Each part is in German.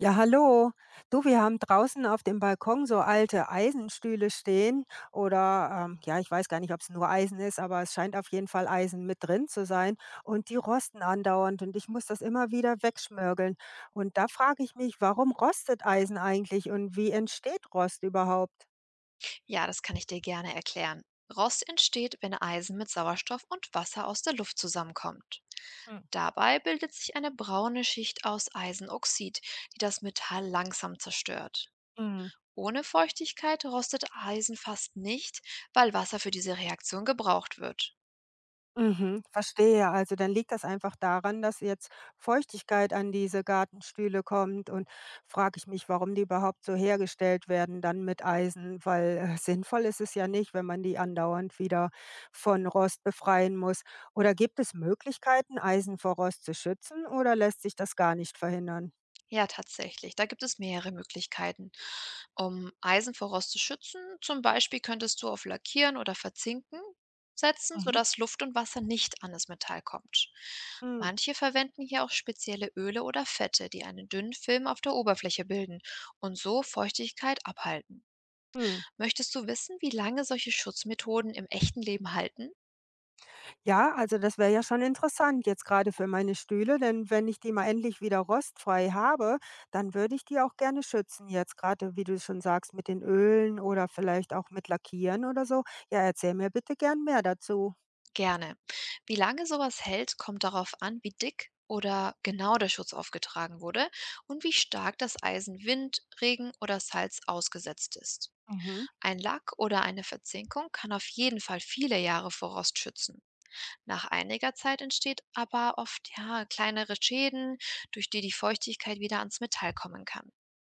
Ja, hallo. Du, wir haben draußen auf dem Balkon so alte Eisenstühle stehen oder ja, ich weiß gar nicht, ob es nur Eisen ist, aber es scheint auf jeden Fall Eisen mit drin zu sein, und die rosten andauernd und ich muss das immer wieder wegschmörgeln. Und da frage ich mich, warum rostet Eisen eigentlich und wie entsteht Rost überhaupt? Ja, das kann ich dir gerne erklären. Rost entsteht, wenn Eisen mit Sauerstoff und Wasser aus der Luft zusammenkommt. Dabei bildet sich eine braune Schicht aus Eisenoxid, die das Metall langsam zerstört. Hm. Ohne Feuchtigkeit rostet Eisen fast nicht, weil Wasser für diese Reaktion gebraucht wird. Mhm, verstehe. Also dann liegt das einfach daran, dass jetzt Feuchtigkeit an diese Gartenstühle kommt, und frage ich mich, warum die überhaupt so hergestellt werden dann mit Eisen, weil sinnvoll ist es ja nicht, wenn man die andauernd wieder von Rost befreien muss. Oder gibt es Möglichkeiten, Eisen vor Rost zu schützen, oder lässt sich das gar nicht verhindern? Ja, tatsächlich. Da gibt es mehrere Möglichkeiten, um Eisen vor Rost zu schützen. Zum Beispiel könntest du auf Lackieren oder Verzinken setzen, Mhm. sodass Luft und Wasser nicht an das Metall kommt. Hm, Manche verwenden hier auch spezielle Öle oder Fette, die einen dünnen Film auf der Oberfläche bilden und so Feuchtigkeit abhalten. hm. Möchtest du wissen, wie lange solche Schutzmethoden im echten Leben halten? Ja, also das wäre ja schon interessant jetzt gerade für meine Stühle, denn wenn ich die mal endlich wieder rostfrei habe, dann würde ich die auch gerne schützen jetzt gerade, wie du schon sagst, mit den Ölen oder vielleicht auch mit Lackieren oder so. Ja, erzähl mir bitte gern mehr dazu. Gerne. Wie lange sowas hält, kommt darauf an, wie dick oder genau der Schutz aufgetragen wurde und wie stark das Eisen Wind, Regen oder Salz ausgesetzt ist. Mhm. Ein Lack oder eine Verzinkung kann auf jeden Fall viele Jahre vor Rost schützen. Nach einiger Zeit entsteht aber oft ja, kleinere Schäden, durch die Feuchtigkeit wieder ans Metall kommen kann.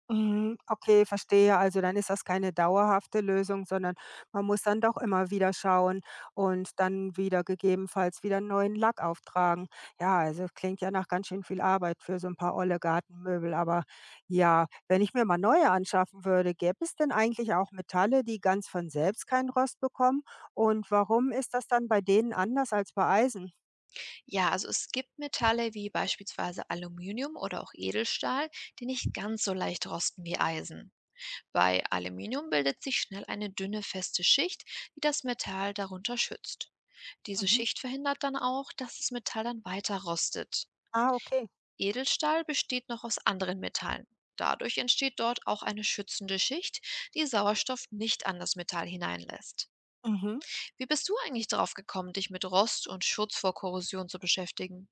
Mhm, okay, verstehe. Also dann ist das keine dauerhafte Lösung, sondern man muss dann doch immer wieder schauen und dann wieder gegebenenfalls wieder 'n neuen Lack auftragen. Ja, also klingt ja nach ganz schön viel Arbeit für so ein paar olle Gartenmöbel, aber ja, wenn ich mir mal neue anschaffen würde, gäbe es denn eigentlich auch Metalle, die ganz von selbst keinen Rost bekommen? Und warum ist das dann bei denen anders als bei Eisen? Ja, also es gibt Metalle wie beispielsweise Aluminium oder auch Edelstahl, die nicht ganz so leicht rosten wie Eisen. Bei Aluminium bildet sich schnell eine dünne feste Schicht, die das Metall darunter schützt. Diese Mhm. Schicht verhindert dann auch, dass das Metall dann weiter rostet. Ah, okay. Edelstahl besteht noch aus anderen Metallen. Dadurch entsteht dort auch eine schützende Schicht, die Sauerstoff nicht an das Metall hineinlässt. Mhm. Wie bist du eigentlich drauf gekommen, dich mit Rost und Schutz vor Korrosion zu beschäftigen?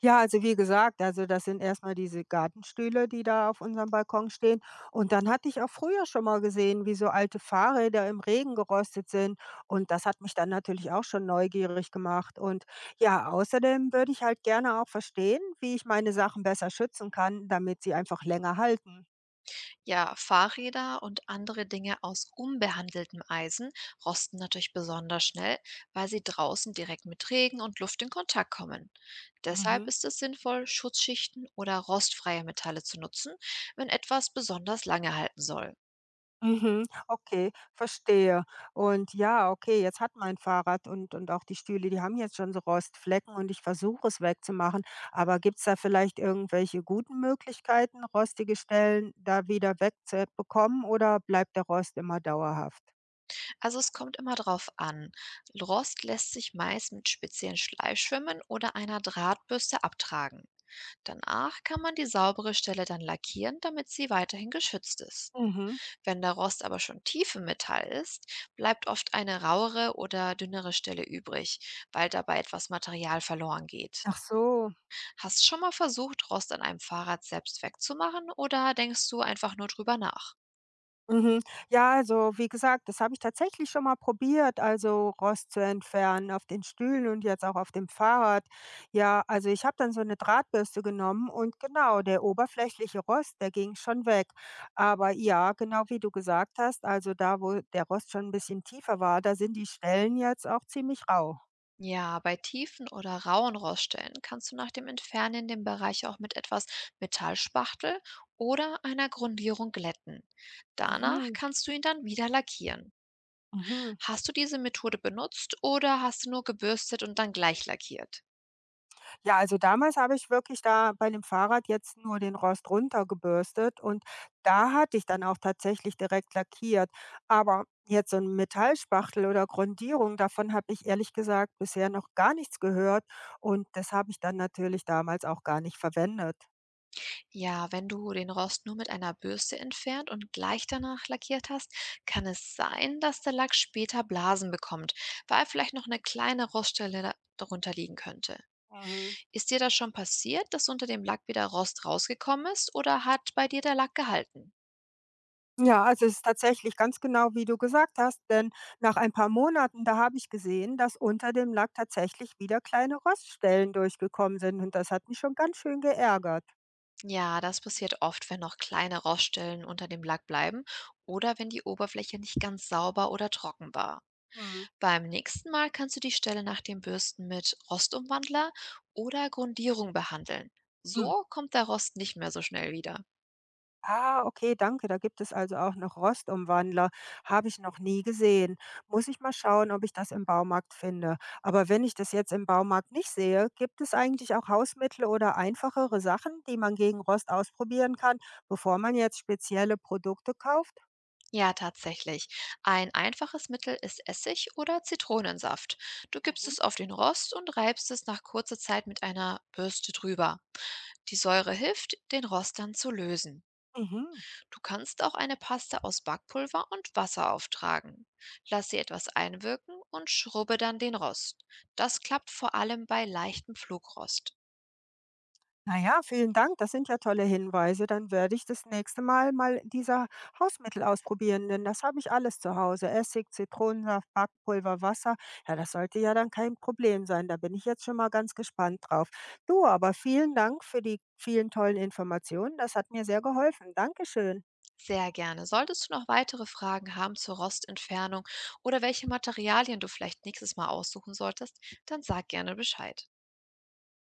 Ja, also wie gesagt, also das sind erstmal diese Gartenstühle, die da auf unserem Balkon stehen. Und dann hatte ich auch früher schon mal gesehen, wie so alte Fahrräder im Regen gerostet sind. Und das hat mich dann natürlich auch schon neugierig gemacht. Und ja, außerdem würde ich halt gerne auch verstehen, wie ich meine Sachen besser schützen kann, damit sie einfach länger halten. Ja, Fahrräder und andere Dinge aus unbehandeltem Eisen rosten natürlich besonders schnell, weil sie draußen direkt mit Regen und Luft in Kontakt kommen. Deshalb Mhm. ist es sinnvoll, Schutzschichten oder rostfreie Metalle zu nutzen, wenn etwas besonders lange halten soll. Mhm, okay, verstehe. Und ja, okay, jetzt hat mein Fahrrad und auch die Stühle, die haben jetzt schon so Rostflecken und ich versuche es wegzumachen. Aber gibt es da vielleicht irgendwelche guten Möglichkeiten, rostige Stellen da wieder wegzubekommen, oder bleibt der Rost immer dauerhaft? Also es kommt immer drauf an. Rost lässt sich meist mit speziellen Schleifschwimmen oder einer Drahtbürste abtragen. Danach kann man die saubere Stelle dann lackieren, damit sie weiterhin geschützt ist. Mhm. Wenn der Rost aber schon tief im Metall ist, bleibt oft eine rauere oder dünnere Stelle übrig, weil dabei etwas Material verloren geht. Ach so. Hast du schon mal versucht, Rost an einem Fahrrad selbst wegzumachen oder denkst du einfach nur drüber nach? Mhm. Ja, also wie gesagt, das habe ich tatsächlich schon mal probiert, also Rost zu entfernen auf den Stühlen und jetzt auch auf dem Fahrrad. Ja, also ich habe dann so eine Drahtbürste genommen und genau, der oberflächliche Rost, der ging schon weg. Aber ja, genau wie du gesagt hast, also da, wo der Rost schon ein bisschen tiefer war, da sind die Stellen jetzt auch ziemlich rau. Ja, bei tiefen oder rauen Roststellen kannst du nach dem Entfernen den Bereich auch mit etwas Metallspachtel oder einer Grundierung glätten. Danach Mhm. kannst du ihn dann wieder lackieren. Mhm. Hast du diese Methode benutzt oder hast du nur gebürstet und dann gleich lackiert? Ja, also damals habe ich wirklich da bei dem Fahrrad jetzt nur den Rost runtergebürstet, und da hatte ich dann auch tatsächlich direkt lackiert. Aber jetzt so ein Metallspachtel oder Grundierung, davon habe ich ehrlich gesagt bisher noch gar nichts gehört, und das habe ich dann natürlich damals auch gar nicht verwendet. Ja, wenn du den Rost nur mit einer Bürste entfernt und gleich danach lackiert hast, kann es sein, dass der Lack später Blasen bekommt, weil vielleicht noch eine kleine Roststelle darunter liegen könnte. Mhm. Ist dir das schon passiert, dass unter dem Lack wieder Rost rausgekommen ist oder hat bei dir der Lack gehalten? Ja, also es ist tatsächlich ganz genau, wie du gesagt hast, denn nach ein paar Monaten, da habe ich gesehen, dass unter dem Lack tatsächlich wieder kleine Roststellen durchgekommen sind, und das hat mich schon ganz schön geärgert. Ja, das passiert oft, wenn noch kleine Roststellen unter dem Lack bleiben oder wenn die Oberfläche nicht ganz sauber oder trocken war. Mhm. Beim nächsten Mal kannst du die Stelle nach dem Bürsten mit Rostumwandler oder Grundierung behandeln. Hm. So kommt der Rost nicht mehr so schnell wieder. Ah, okay, danke. Da gibt es also auch noch Rostumwandler. Habe ich noch nie gesehen. Muss ich mal schauen, ob ich das im Baumarkt finde. Aber wenn ich das jetzt im Baumarkt nicht sehe, gibt es eigentlich auch Hausmittel oder einfachere Sachen, die man gegen Rost ausprobieren kann, bevor man jetzt spezielle Produkte kauft? Ja, tatsächlich. Ein einfaches Mittel ist Essig oder Zitronensaft. Du gibst Mhm. es auf den Rost und reibst es nach kurzer Zeit mit einer Bürste drüber. Die Säure hilft, den Rost dann zu lösen. Mhm. Du kannst auch eine Paste aus Backpulver und Wasser auftragen. Lass sie etwas einwirken und schrubbe dann den Rost. Das klappt vor allem bei leichtem Flugrost. Na ja, vielen Dank. Das sind ja tolle Hinweise. Dann werde ich das nächste Mal mal dieser Hausmittel ausprobieren, denn das habe ich alles zu Hause. Essig, Zitronensaft, Backpulver, Wasser. Ja, das sollte ja dann kein Problem sein. Da bin ich jetzt schon mal ganz gespannt drauf. Du, aber vielen Dank für die vielen tollen Informationen. Das hat mir sehr geholfen. Dankeschön. Sehr gerne. Solltest du noch weitere Fragen haben zur Rostentfernung oder welche Materialien du vielleicht nächstes Mal aussuchen solltest, dann sag gerne Bescheid.